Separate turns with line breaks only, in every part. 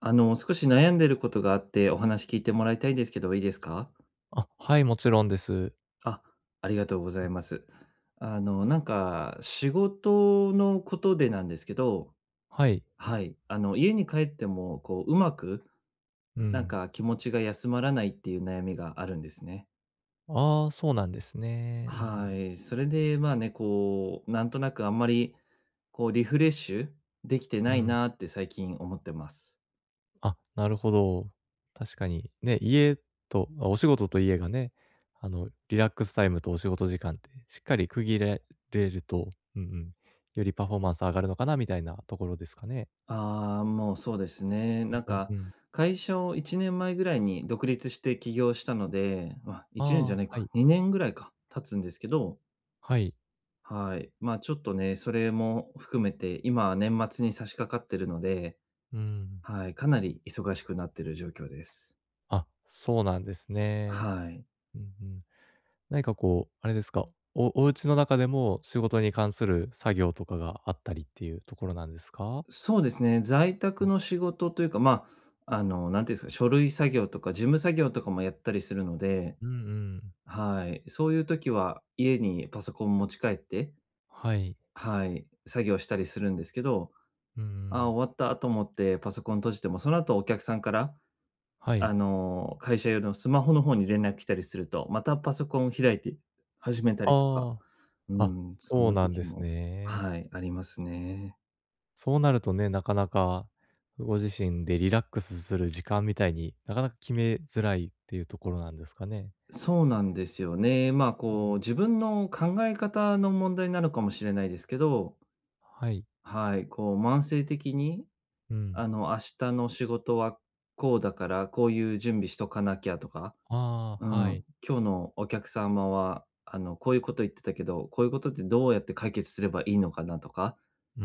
少し悩んでることがあって、お話聞いてもらいたいんですけど、いいですか？
あ、はい、もちろんです。
あ、ありがとうございます。仕事のことでなんですけど、
はい。
はい、家に帰っても、こう、うまく、
うん。
気持ちが休まらないっていう悩みがあるんですね。
ああ、そうなんですね。うんう
は
ん。
い、それで、まあね、こう、なんとなくあんまり、こう、リフレッシュできてな
う
い
ん。
なって最近思ってます。
あ、なるほど。確かに。ね、家とあ、お仕事と家がね、リラックスタイムとお仕事時間ってしっかり区切れれると、うんうん、よりパフォーマンス上がるのかなみたいなところですかね。
ああ、もうそうですね。
うんうんうん。
会社を1年前ぐらいに独立して起業したので、ま、
あ
1年じゃな
あ、
い
は
か、
い。
2年ぐらいか、経つんですけど、
はい。
はい。ま、ちょっとね、それも含めて、今は年末に差し掛かってるので、
うん。
はい、かなり忙しくなってる状況です。
あ、そうなんですね。
はい。
うんうん。何かこう、あれですか、お家の中でも仕事に関する作業とかがあったりっていうところなんですか？
そうですね、在宅の仕事というか、まあ、なんていうんですか、書類作業とか事務作業とかもやったりするので、
うんうん。
はい。そういう時は家にパソコン持ち帰って
はい。
はい、作業したりするんですけど、
うんう
ああ、
ん。
終わったと思ってパソコン閉じても、その後お客さんから、
はい。
会社用のスマホの方に連絡来たりすると、またパソコンを開いて始めたりとか、
あ
う
あ。あ、
ん、そん
そう
な
なん
時
です
も
ね。
はい、ありますね。
そうなるとね、なかなかご自身でリラックスする時間みたいに、なかなか決めづらいっていうところなんですかね？
そうなんですよね。まあ、
う
こう、
ん。
自分の考え方の問題なのかもしれないですけど、
はい。
はい、こう、慢性的に、
うん。
明日の仕事はこうだから、こういう準備しとかなきゃとか、
あ
う
あ、は
ん、
い。
今日のお客様は、こういうこと言ってたけど、こういうことってどうやって解決すればいいのかなとか、
うー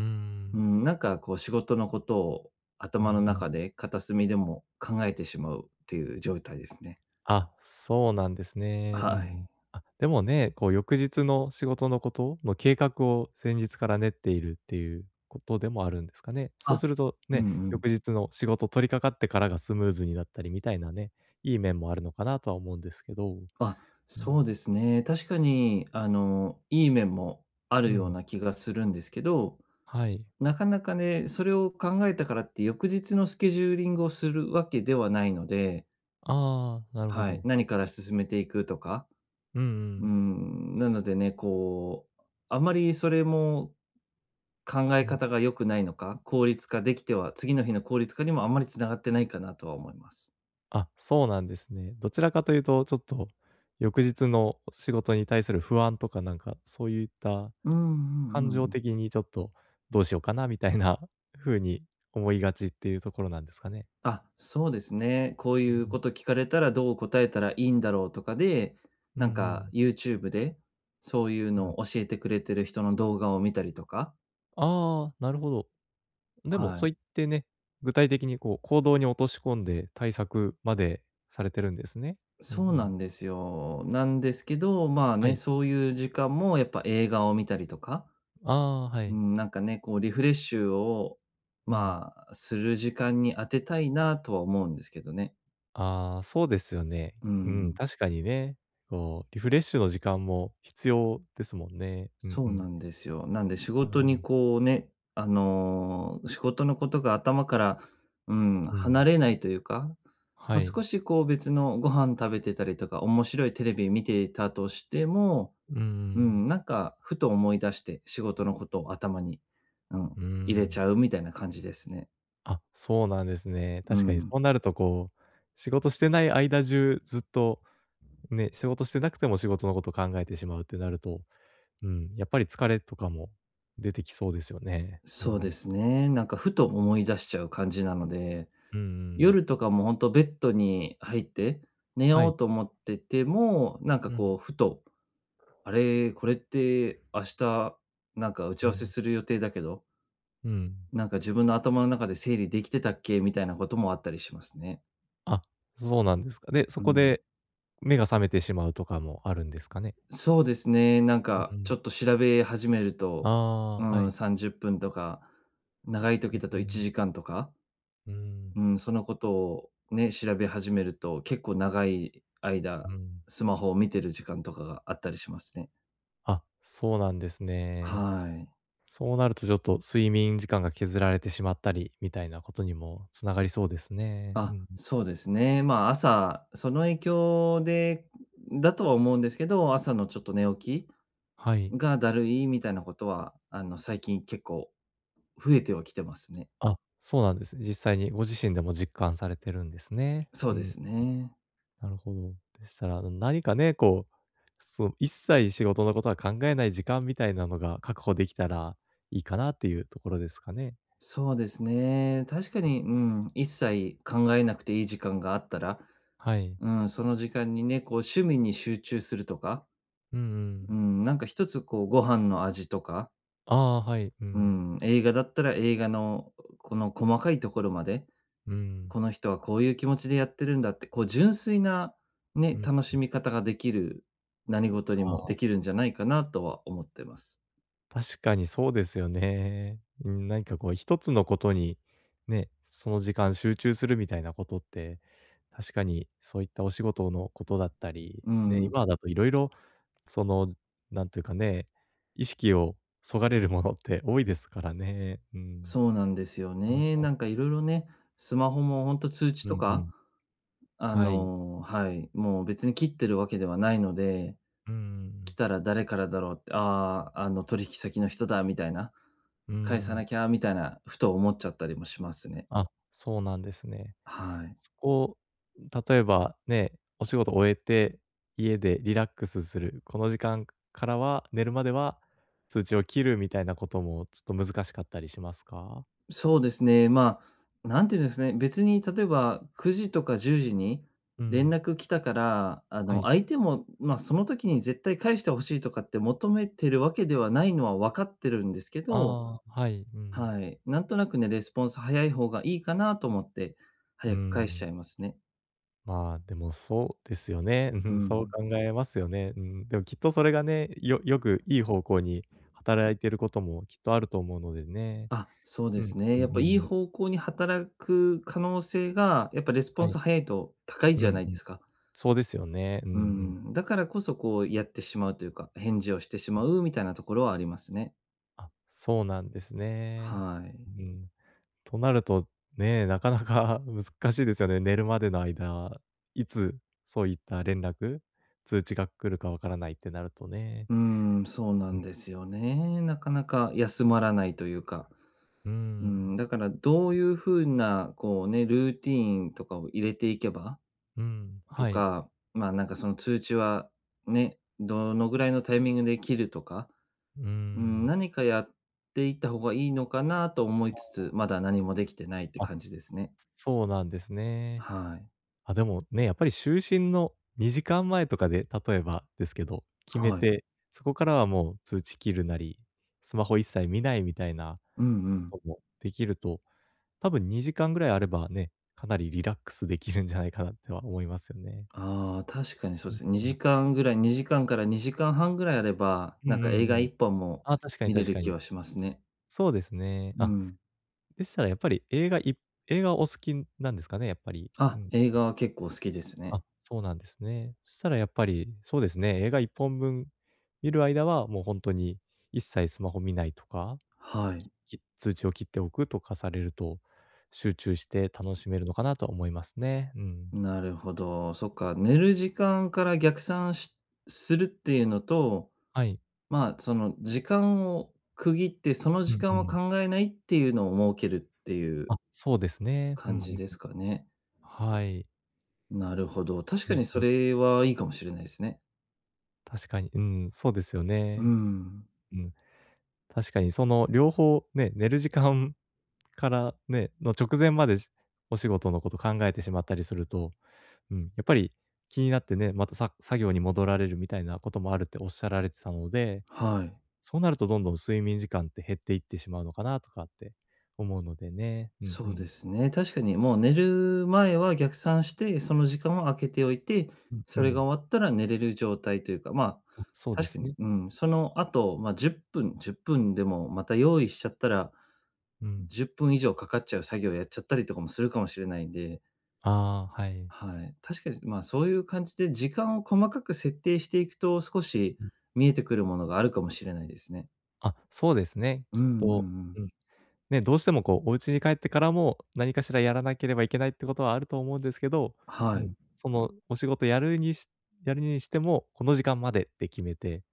う
ん。
ん、なんかこう仕事のことを
うんう
頭の
ん。
中で片隅でも考えてしまうっていう状態ですね。
あ、そうなんですね。
は
う
い。
ん。あ、でもね、こう翌日の仕事のことの計画を前日から練っているっていうことでもあるんですかね。そう
あ、
すると
う
ね、
んうん。
翌日の仕事取り掛かってからがスムーズになったりみたいなね、いい面もあるのかなとは思うんですけど。
あ、
うん。
そうですね。確かに、いい面もある
う
よう
ん。
な気がするんですけど、
はい。
なかなかね、それを考えたからって翌日のスケジューリングをするわけではないので、
ああ、なるほ
はい、
ど。
何から進めていくとか、
うんう
う
ん。
ん、なのでね、こう、あまりそれも考え
うん。
方が良くないのか、効率化できては次の日の効率化にもあんまりつながってないかなとは思います。
あ、そうなんですね。どちらかというと、ちょっと翌日の仕事に対する不安とか、なんかそういった
うんうんう
感
んう
情
ん。
的にちょっとどうしようかなみたいな風に思いがちっていうところなんですかね？
あ、そうですね。こうい
うん
う
う
こ
ん。
と聞かれたらどう答えたらいいんだろうとかで、
うん
なん
う
か
ん。
YouTube でそういう
うん。
のを教えてくれてる人の動画を見たりとか。
ああ、なるほど。でも、
は
そう
い。
言ってね、具体的にこう行動に落とし込んで対策までされてるんですね。うん
そう
う
な
ん。
んですよ。なんですけど、まあ
は
ね、
い。
そういう時間もやっぱ映画を見たりとか、
ああ、は
う
い。
ん、なんかね、こうリフレッシュを、
うん。
まあ、する時間に当てたいなとは思うんですけどね。
ああ、そうですよね。
う
うん、
ん、
確かにね。こう、リフレッシュの時間も必要ですもんね。うん
そ
う
う
ん。
なんですよ。なんで仕
なる
事
ほど。
にこうね、仕事のことが頭から、うん、
う
離
ん。
れないというか、ま
は
あ、
い。
少しこう別のご飯食べてたりとか、面白いテレビ見ていたとしても、
うんう
う
ん
ん、なんかふと思い出して仕事のことを頭に、うん、入れちゃうみたいな感じですね。
あ、そうなんですね。
う
確かにそ
ん。
うなるとこう、仕事してない間中ずっと、ね、仕事してなくても仕事のこと考えてしまうってなると、うん、やっぱり疲れとかも出てきそうですよね。う
そうで
ん。
すね。なんかふと思い出しちゃう感じなので、
うんうん。
夜とかも本当ベッドに入って寝
は
よう
い。
と思ってても、なんか
う
こう
ん、
ふと、あれ、これって明日なんか打ち
う
合わ
ん、
せする予定だけど、
うん。
なんか自分の頭の中で整理できてたっけみたいなこともあったりしますね。
あ、そうなんですか。で、そ
う
こ
ん。
で目が覚めてしまうとかもあるんですかね？
そうですね。なん
うん
か
う
ちょ
ん。
っと調べ始めると、
あ
う
あ、は
ん、
い。
30分とか、長い時だ
う
と1
ん、
時間とか
うん、
うん、そのことをね、調べ始めると、結構長い間、
うん。
スマホを見てる時間とかがあったりしますね。
あ、そうなんですね。
はい。
そうなるとちょっと睡眠時間が削られてしまったりみたいなことにもつながりそうですね。う
あ、
ん
そうですね。まあ、朝、その影響でだとは思うんですけど、朝のちょっと寝起
はい。
きがだるいみたいなことは、最近結構増えてはきてますね。
あ、そうなんですね実際にご自身でも実感されてるんですね。
そう
う
で
ん、
すね。
なるほど。でしたら、何かね、こう、そう、一切仕事のことは考えない時間みたいなのが確保できたらいいかなっていうところですかね？
そうですね。確かに、うん、一切考えなくていい時間があったら、
はい。
うん、その時間にね、こう趣味に集中するとか、
うんう
う
ん。
ん、なんか一つこうご飯の味とか、
ああ、はい。う
う
ん。
ん、映画だったら映画のこの細かいところまで、
うん。
この人はこういう気持ちでやってるんだって、こう純粋な
う
ね、
ん。
楽しみ方ができる何事に
あ
もで
あ、
きるんじゃないかなとは思ってます。
確かにそうですよね。うん、何かこう一つのことに、ね、その時間集中するみたいなことって、確かにそういったお仕事のことだったり、
う
ね、
ん、
今だといろいろその、なんていうかね、意識をそがれるものって多いですからね。うん。
そうなんですよ
なかな
ね。
か
なんかいろいろね、スマホも本当通知
う
と
んう
か、
ん。はい。
はい、もう別に切ってるわけではないので、
うんうんう
来
ん。
たら誰からだろうって、ああー、あの取引先の人だみたいな、
う
返さ
ん。
なきゃみたいな、ふと思っちゃったりもしますね。
あ、そうなんですね。
はい。
そこ、例えばね、お仕事終えて、家でリラックスする、この時間からは寝るまでは通知を切るみたいなこともちょっと難しかったりしますか？
そうですね、まあ、なんていうんですね、別に例えば9時とか10時に
う
連
ん、
絡来たから、あ
は
の
い。
相手も、まあ、その時に絶対返してほしいとかって求めてるわけではないのは分かってるんですけ
あ
ど、
あ、はい、うん。
はい、なんとなくね、レスポンス早い方がいいかなと思って、
う
早く返しち
ん、
ゃいますね。
まあ、でもそうですよね。
う
うん、そう
ん、
考えますよね。うん、でもきっとそれがね、よくいい方向に働いてることもきっとあると思うのでね。
あ、そうで
うん
すね。
うん
やっぱ
う
いい
ん。
方向に働く可能性が、やっぱレスポ
は
ン
い。
ス早いと高い
う
じ
ん
ゃない
う
で
ん。
すか。
そうですよね。うんう
う
ん。
ん、だからこそこうやってしまうというか、返事をしてしまうみたいなところはありますね。
あ、そうなんですね。
はい。
うん。となると、ね、なかなか 難しいですよね。寝るまでの間、いつそういった連絡、通知が来るかわからないってなるとね。
うん、そうな
う
ん
ん。
ですよね。なかなか休まらないというか。
う
う
ん、
ん、だからどういうふうな、こうね、ルーティーンとかを入れていけばと
はい。
か、まあ、なんかその通知はね、どのぐらいのタイミングで切るとか、
う
うん、
ん。
何かやっていった方がいいのかなと思いつつ、まだ何もできてないって
あ、
感じですね。
そうなんですね。
はい。
あ、でもね、やっぱり就寝の2時間前とかで、例えばですけど、決め
はい。
て、そこからはもう通知切るなり、スマホ一切見ないみたいな
うんうん。
こともできると多分2時間ぐらいあればね、かなりリラックスできるんじゃないかなっては思いますよね。
ああ、確かにそう
う
で
ん
すね。
う
2
ん。
時間ぐらい、2時間から2時間半ぐらいあれば、
うん
なんか
う
映
んう
画
ん。
一本も
あ、確かに
見れ
確
る
か
気
に。
はしますね。
そうですね。
う
あ、
ん。
でしたらやっぱり映画お好きなんですかね？やっぱり。う
あ、
ん。
映画は結構好きですね。
あ、そうなんですね。そしたらやっぱり、そうですね、映画1本分見る間は、もうほんとに一切スマホ見ないとか、
はい。
き通知を切っておくとかされると、集中して楽しめるのかなとは思いますね。うん。
なるほど。そっか、寝る時間から逆算しするっていうのと、
はい。
まあ、その時間を区切って、その
う
時
ん
間
う
は
ん。
考えないっていうのを設けるっていう
あ、そうですね。うん
感じ
うん。
ですかね。
はい。
なるほど。確
う
か
ん
に
う
そ
ん。
れはいいかもしれないですね。
確かに、うん、そうですよ
う
ね。
ん。
うん。確かにその両方ね、寝る時間 からね、の直前までお仕事のこと考えてしまったりすると、うん、やっぱり気になってね、また作業に戻られるみたいなこともあるっておっしゃられてたので、
はい。
そうなるとどんどん睡眠時間って減っていってしまうのかなとかって思うのでね。うん
そ
う
う
ん。
ですね。確かにもう寝る前は逆算して、その時間を空けておいて、
うんう
それが
ん。
終わったら寝れる状態というか、まあ、
あ、そうで
確か
す
に、
ね。
うん、その後、まあ、10分、10分でもまた用意しちゃったら、
うん。
10分以上かかっちゃう作業やっちゃったりとかもするかもしれないんで
ああ、はい。
はい。確かに、まあ、そういう感じで時間を細かく設定していくと、少し
うん。
見えてくるものがあるかもしれないですね。
あ、そうですね。
う
きっ
んうんう
と、
ん。
うん。ね、どうしてもこう、お家に帰ってからも、何かしらやらなければいけないってことはあると思うんですけど、う
はい。
ん、そのお仕事やるにしても、この時間までって決めて、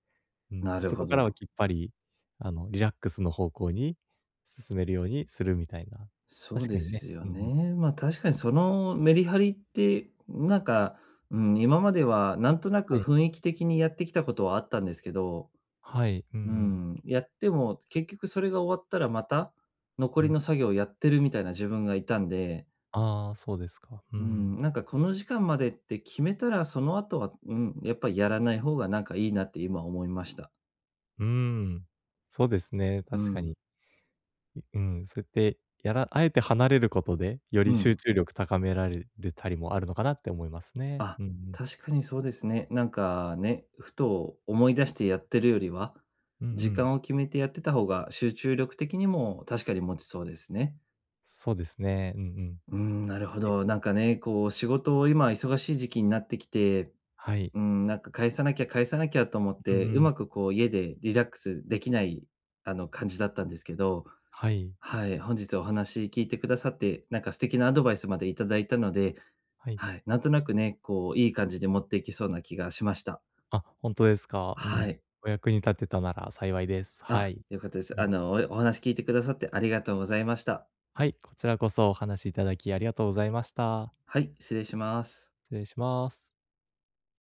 うん、
な
で、
る
そ
ほ
こか
ど。
らはきっぱり、リラックスの方向に進めるようにするみたいな。
そう
確か
で
にね。
すよ
うんうん。
ね。まあ、確かにそのメリハリって、なんか、うん、今まではなんとな
は
く
い。
雰囲気的にやってきたことはあったんですけど、
はい。うんう
う
ん。
ん、やっても結局それが終わったらまた残
う
り
ん。
の作業をやってるみたいな自分がいたんで、
ああ、そうですか。う
う
ん。
ん、なんかこの時間までって決めたら、その後は、うん、やっぱりやらない方がなんかいいなって今思いました。
うーん。そうですね、
う
確か
ん、
に。うん、そうやって、あえて離れることで、よ
う
り集
ん。
中力高められるたりもあるのかなって思いますね。
あ、
うんうん。
確かにそうですね。なんかね、ふと思い出してやってるよりは、
うんう
時
ん。
間を決めてやってた方が集中力的にも確かに持ちそうですね。
そうですね。うんうん。
うん、なるほ
え、
ど。なんかね、こう仕事を今忙しい時期になってきて、
はい。
うん、なんか返さなきゃ返さなきゃと思っ
う
て、
んう
う
ん。
まくこう家でリラックスできない、感じだったんですけど、
はい。
はい、本日お話聞いてくださって、なんか素敵なアドバイスまでいただいたので、
はい。
はい、なんとなくね、こういい感じで持っていけそうな気がしました。
あ、ほんとですか。う
は
ん。
い。
お役に立てたなら幸いです。は
あ、
い。
良かったです。
うん。
おお話聞いてくださってありがとうございました。
はい、こちらこそお話しいただきありがとうございました。
はい、失礼します。
失礼します。